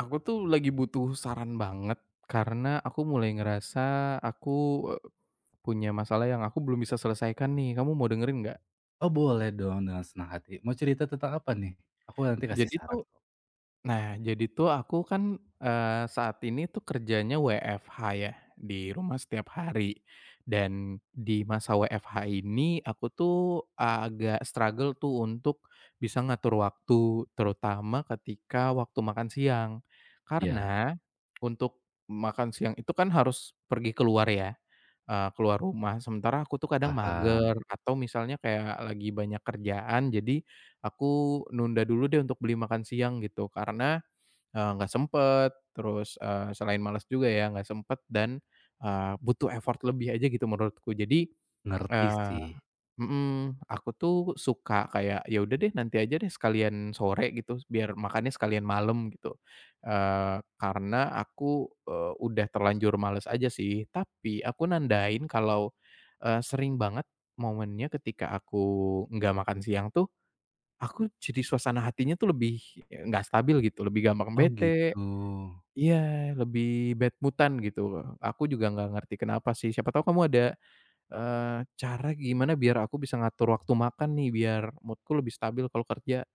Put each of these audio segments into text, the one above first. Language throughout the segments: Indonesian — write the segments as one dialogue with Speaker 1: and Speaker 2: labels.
Speaker 1: Aku tuh lagi butuh saran banget karena aku mulai ngerasa aku, eee, punya masalah yang aku belum bisa selesaikan nih. Kamu mau dengerin nggak?
Speaker 2: Oh boleh dong dengan senang hati. Mau cerita tentang apa nih? Aku nanti kasih
Speaker 1: Jadi
Speaker 2: saran
Speaker 1: tuh
Speaker 2: kok.
Speaker 1: Nah, jadi tuh aku kan, saat ini tuh kerjanya WFH ya, di rumah setiap hari. Dan di masa WFH ini aku tuh agak struggle tuh untuk bisa ngatur waktu, terutama ketika waktu makan siang.
Speaker 2: Iya,
Speaker 1: Karena untuk makan siang itu kan harus pergi keluar ya, keluar rumah. Sementara aku tuh kadang
Speaker 2: paham.
Speaker 1: mager atau misalnya kayak lagi banyak kerjaan, jadi aku nunda dulu deh untuk beli makan siang gitu. Nggak sempet, terus, selain males juga ya, nggak sempet dan, butuh effort lebih aja gitu menurutku. Jadi,
Speaker 2: Ngerti
Speaker 1: eee
Speaker 2: sih.
Speaker 1: mhm, aku tuh suka kayak, "Ya udah deh, nanti aja deh sekalian sore," gitu, biar makannya sekalian malam gitu. Karena aku, udah terlanjur males aja sih, tapi aku nandain kalau, sering banget momennya ketika aku nggak makan siang tuh, aku jadi suasana hatinya tuh lebih, nggak stabil gitu, lebih gampang
Speaker 2: Oh
Speaker 1: bete,
Speaker 2: gitu.
Speaker 1: iya, lebih bad mood-an gitu. Aku juga nggak ngerti kenapa sih, siapa tahu kamu ada, eee, cara gimana biar aku bisa ngatur waktu makan nih, biar mood-ku lebih stabil kalau kerja.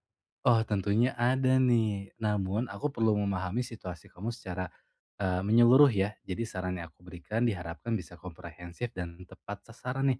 Speaker 2: Oh tentunya ada nih. Namun aku perlu memahami situasi kamu secara menyeluruh ya. Jadi saran yang aku berikan diharapkan bisa komprehensif dan tepat sasaran nih.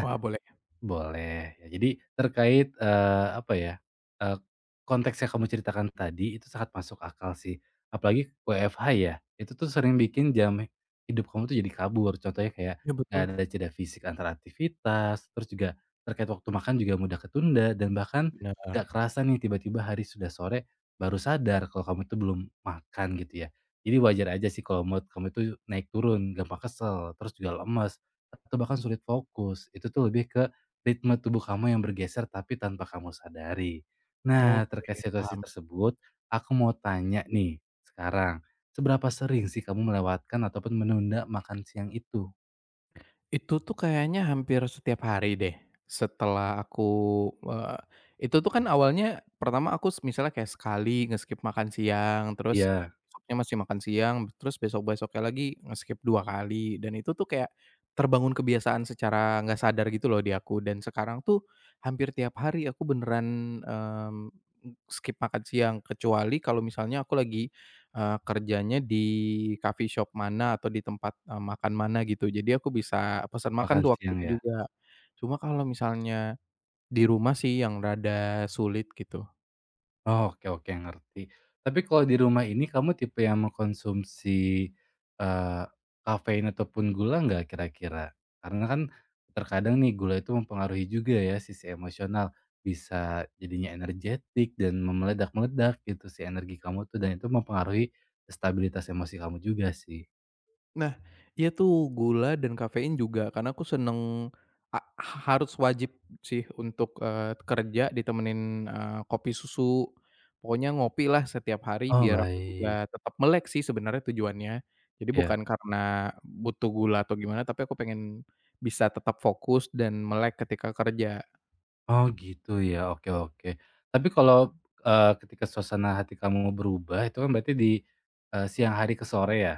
Speaker 1: Wah boleh,
Speaker 2: Boleh, ya jadi terkait, apa ya, eee, konteks yang kamu ceritakan tadi itu sangat masuk akal sih, apalagi WFH ya, itu tuh sering bikin jam hidup kamu tuh jadi kabur, contohnya kayak
Speaker 1: iya
Speaker 2: nggak
Speaker 1: betul,
Speaker 2: ada jeda fisik antara aktivitas, terus juga terkait waktu makan juga mudah ketunda dan bahkan
Speaker 1: bener.
Speaker 2: nggak kerasa nih tiba-tiba hari sudah sore baru sadar kalau kamu itu belum makan gitu ya. Jadi wajar aja sih kalau mood kamu itu naik turun, gampang kesel, terus juga lemes, atau bahkan sulit fokus, itu tuh lebih ke ritme tubuh kamu yang bergeser tapi tanpa kamu sadari. Nah, terkait
Speaker 1: Oke,
Speaker 2: situasi
Speaker 1: paham.
Speaker 2: tersebut, aku mau tanya nih sekarang, seberapa sering sih kamu melewatkan ataupun menunda makan siang itu?
Speaker 1: Itu tuh kayaknya hampir setiap hari deh, setelah aku, eee, itu tuh kan awalnya pertama misalnya kayak sekali nge-skip makan siang, terus
Speaker 2: Iya,
Speaker 1: besoknya masih makan siang, terus besok-besoknya lagi nge-skip 2 kali, dan itu tuh kayak terbangun kebiasaan secara nggak sadar gitu loh di aku, dan sekarang tuh hampir tiap hari aku beneran, mmm, skip makan siang, kecuali kalau misalnya aku lagi kerjanya di coffee shop mana atau di tempat, makan mana gitu. Jadi aku bisa pesan makan
Speaker 2: makan
Speaker 1: tuh waktu
Speaker 2: siang
Speaker 1: itu
Speaker 2: ya?
Speaker 1: juga. Cuma kalau misalnya di rumah sih yang rada sulit gitu.
Speaker 2: Oh, oke oke, ngerti. Tapi kalau di rumah ini kamu tipe yang mengkonsumsi, eee, kafein ataupun gula nggak kira-kira? Karena kan terkadang nih gula itu mempengaruhi juga ya sisi emosional, bisa jadinya energetik dan memeledak-meledak gitu si energi kamu tuh dan itu mempengaruhi stabilitas emosi kamu juga sih.
Speaker 1: Nah, iya tuh gula dan kafein juga karena aku seneng a harus wajib sih untuk, kerja ditemenin, kopi susu. Pokoknya ngopi lah setiap hari
Speaker 2: Oh,
Speaker 1: biar aku
Speaker 2: baik.
Speaker 1: juga tetap melek sih sebenarnya tujuannya. Jadi
Speaker 2: Ya.
Speaker 1: bukan karena butuh gula atau gimana, tapi aku pengen bisa tetap fokus dan melek ketika kerja.
Speaker 2: Oh, gitu ya, oke oke. Tapi kalau, ketika suasana hati kamu berubah itu kan berarti di, siang hari ke sore ya?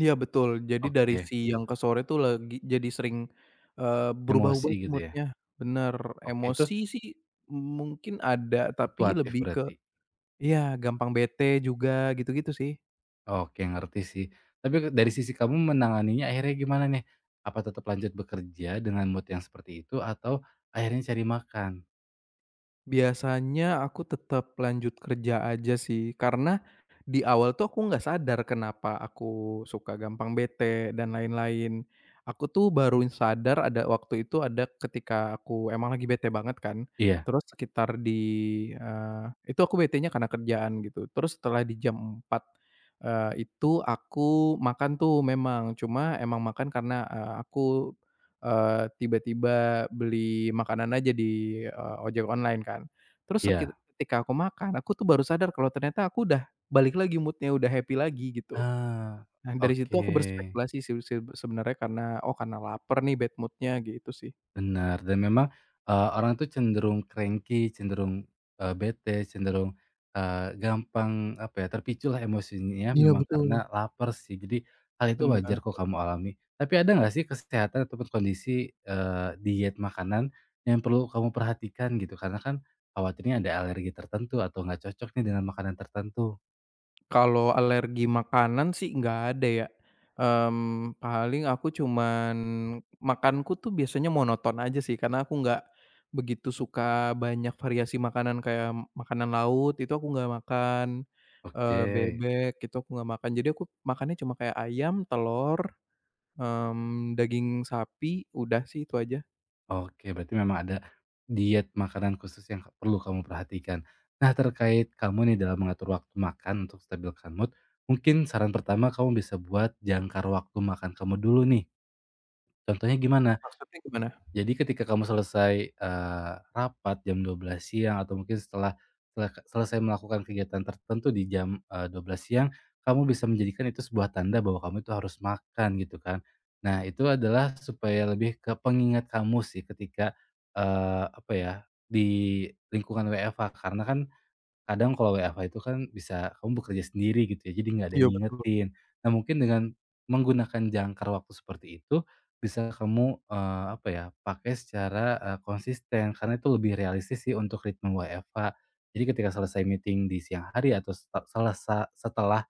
Speaker 1: Iya betul, jadi dari
Speaker 2: Oke,
Speaker 1: siang ke sore tuh lagi jadi sering, berubah-ubah
Speaker 2: emosi
Speaker 1: tuh
Speaker 2: gitu ya?
Speaker 1: mood-nya, bener.
Speaker 2: Oke, itu
Speaker 1: Emosi sih mungkin ada, tapi
Speaker 2: fluktuatif
Speaker 1: lebih ke
Speaker 2: berarti?
Speaker 1: iya gampang bete juga, gitu-gitu sih.
Speaker 2: Oke, ngerti sih. Tapi ke dari sisi kamu menanganinya akhirnya gimana nih? Apa tetap lanjut bekerja dengan mood yang seperti itu atau akhirnya cari makan?
Speaker 1: Biasanya aku tetap lanjut kerja aja sih, karena di awal tuh aku nggak sadar kenapa aku suka gampang bete dan lain-lain. Aku tuh baru sadar ada waktu itu ada ketika aku emang lagi bete banget kan,
Speaker 2: Iya
Speaker 1: terus sekitar di, itu aku betenya karena kerjaan gitu. Terus setelah di jam empat itu aku makan tuh memang, cuma emang makan karena, aku tiba-tiba beli makanan aja di, ojek online kan. Terus sekit
Speaker 2: iya.
Speaker 1: Ketika aku makan, aku tuh baru sadar kalau ternyata aku udah balik lagi moodnya udah happy lagi gitu.
Speaker 2: Ah,
Speaker 1: Nah dari situ
Speaker 2: oke.
Speaker 1: aku berspekulasi sih sebenarnya karena, oh karena lapar nih bad moodnya gitu sih.
Speaker 2: Benar, dan memang, orang tuh cenderung cranky, cenderung, bete, cenderung, gampang apa ya, terpiculah emosinya ya,
Speaker 1: Iya
Speaker 2: memang
Speaker 1: betul.
Speaker 2: karena lapar sih. Jadi hal itu
Speaker 1: Benar.
Speaker 2: wajar kok kamu alami. Tapi ada nggak sih kesehatan ataupun kondisi, diet makanan yang perlu kamu perhatikan gitu? Karena kan khawatirnya ada alergi tertentu atau nggak cocok nih dengan makanan tertentu.
Speaker 1: Kalau alergi makanan sih nggak ada ya, mmm, paling aku cuman makanku tuh biasanya monoton aja sih karena aku nggak begitu suka banyak variasi makanan kayak makanan laut itu aku nggak makan,
Speaker 2: Oke.
Speaker 1: bebek itu aku nggak makan jadi aku makannya cuma kayak ayam, telur, mmm, daging sapi udah sih itu aja.
Speaker 2: Oke, berarti memang ada diet makanan khusus yang perlu kamu perhatikan. Nah, terkait kamu nih dalam mengatur waktu makan untuk stabilkan mood, mungkin saran pertama kamu bisa buat jangkar waktu makan kamu dulu nih. Contohnya gimana?
Speaker 1: Maksudnya gimana?
Speaker 2: Jadi ketika kamu selesai, rapat jam 12.00 siang atau mungkin setelah setelah selesai melakukan kegiatan tertentu di jam, 12.00 siang, kamu bisa menjadikan itu sebuah tanda bahwa kamu itu harus makan gitu kan. Nah itu adalah supaya lebih ke pengingat kamu sih ketika, apa ya, di lingkungan WFH karena kan kadang kalau WFH itu kan bisa kamu bekerja sendiri gitu ya, jadi nggak ada
Speaker 1: Iya
Speaker 2: yang
Speaker 1: betul.
Speaker 2: ngingetin. Nah mungkin dengan menggunakan jangkar waktu seperti itu, bisa kamu, apa ya, pakai secara, konsisten karena itu lebih realistis sih untuk ritme WFH. Jadi ketika selesai meeting di siang hari atau seta selesa setelah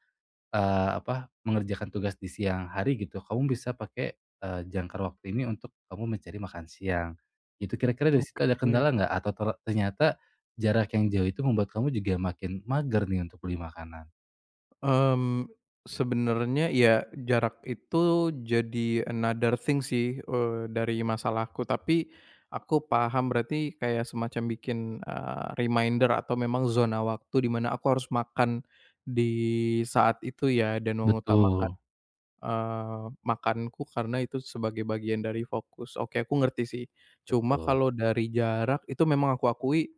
Speaker 2: Apa, mengerjakan tugas di siang hari gitu, kamu bisa pakai, jangkar waktu ini untuk kamu mencari makan siang, gitu. Kira-kira dari situ ada
Speaker 1: Oke.
Speaker 2: kendala nggak? Atau ternyata jarak yang jauh itu membuat kamu juga makin mager nih untuk beli makanan?
Speaker 1: Mmm, sebenarnya ya jarak itu jadi another thing sih, dari masalahku, tapi aku paham berarti kayak semacam bikin, reminder atau memang zona waktu di mana aku harus makan di saat itu ya dan mengutamakan,
Speaker 2: Betul
Speaker 1: makanku karena itu sebagai bagian dari fokus. Oke, aku ngerti sih. Cuma
Speaker 2: betul,
Speaker 1: kalau dari jarak itu memang aku akui,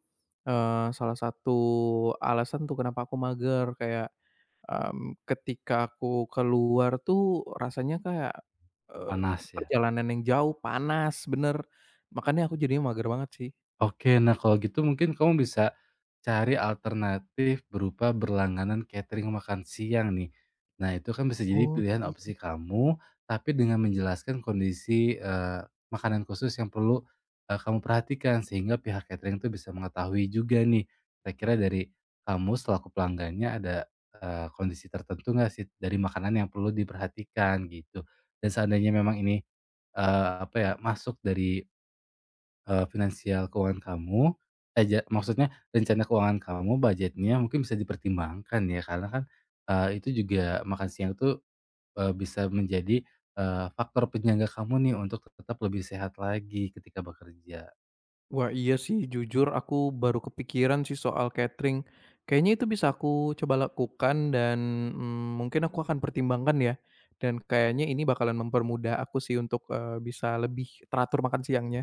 Speaker 1: salah satu alasan tuh kenapa aku mager kayak mmm, ketika aku keluar tuh rasanya kayak, eee,
Speaker 2: panas ya.
Speaker 1: perjalanan yang jauh, panas, bener. Makanya aku jadinya mager banget sih.
Speaker 2: Oke, nah kalau gitu mungkin kamu bisa cari alternatif berupa berlangganan catering makan siang nih. Nah, itu kan bisa jadi
Speaker 1: Oh,
Speaker 2: pilihan
Speaker 1: iya.
Speaker 2: opsi kamu, tapi dengan menjelaskan kondisi, makanan khusus yang perlu, kamu perhatikan sehingga pihak catering itu bisa mengetahui juga nih, kira-kira dari kamu selaku pelanggannya ada, kondisi tertentu nggak sih dari makanan yang perlu diperhatikan gitu. Dan seandainya memang ini, apa ya, masuk dari finansial keuangan kamu, aja maksudnya rencana keuangan kamu, budgetnya mungkin bisa dipertimbangkan ya, karena kan, itu juga makan siang itu bisa menjadi, faktor penyangga kamu nih untuk tetap lebih sehat lagi ketika bekerja.
Speaker 1: Wah, iya sih jujur aku baru kepikiran sih soal catering. Kayaknya itu bisa aku coba lakukan dan, mmm, mungkin aku akan pertimbangkan ya, dan kayaknya ini bakalan mempermudah aku sih untuk, bisa lebih teratur makan siangnya.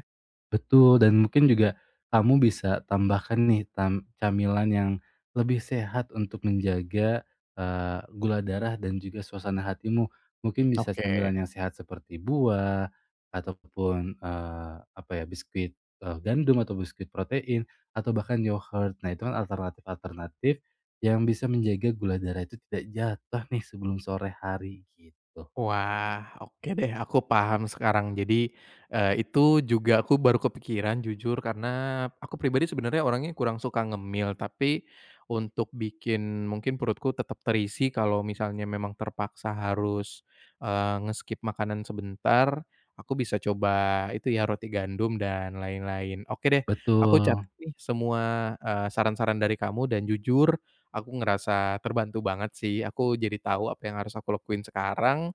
Speaker 2: Betul, dan mungkin juga kamu bisa tambahkan nih camilan yang lebih sehat untuk menjaga, gula darah dan juga suasana hatimu. Mungkin bisa
Speaker 1: Oke.
Speaker 2: camilan yang sehat seperti buah ataupun, apa ya, biskuit, gandum atau biskuit protein atau bahkan yogurt. Nah, itu kan alternatif-alternatif yang bisa menjaga gula darah itu tidak jatuh nih sebelum sore hari, gitu.
Speaker 1: Wah, oke deh, aku paham sekarang. Jadi, itu juga aku baru kepikiran jujur karena aku pribadi sebenarnya orangnya kurang suka ngemil, tapi untuk bikin mungkin perutku tetap terisi kalau misalnya memang terpaksa harus, nge-skip makanan sebentar, aku bisa coba itu ya roti gandum dan lain-lain. Oke deh, aku
Speaker 2: Betul.
Speaker 1: catat nih semua, saran-saran dari kamu dan jujur aku ngerasa terbantu banget sih. Aku jadi tahu apa yang harus aku lakuin sekarang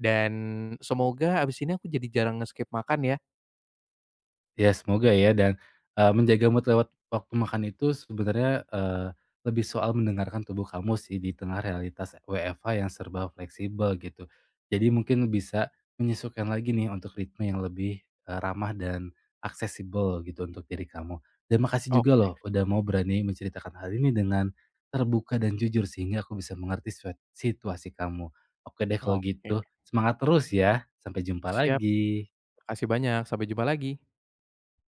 Speaker 1: dan semoga abis ini aku jadi jarang nge-skip makan ya.
Speaker 2: Ya semoga ya dan, menjaga mood lewat waktu makan itu sebenarnya, lebih soal mendengarkan tubuh kamu sih di tengah realitas WFH yang serba fleksibel gitu. Jadi mungkin bisa menyesuaikan lagi nih untuk ritme yang lebih, ramah dan aksesibel gitu untuk diri kamu. Dan makasih juga
Speaker 1: Oke
Speaker 2: loh udah mau berani menceritakan hal ini dengan terbuka dan jujur sehingga aku bisa mengerti situasi kamu. Oke deh kalau
Speaker 1: oke.
Speaker 2: gitu, semangat terus ya, sampai jumpa
Speaker 1: Siap,
Speaker 2: lagi.
Speaker 1: makasih banyak. Sampai jumpa lagi.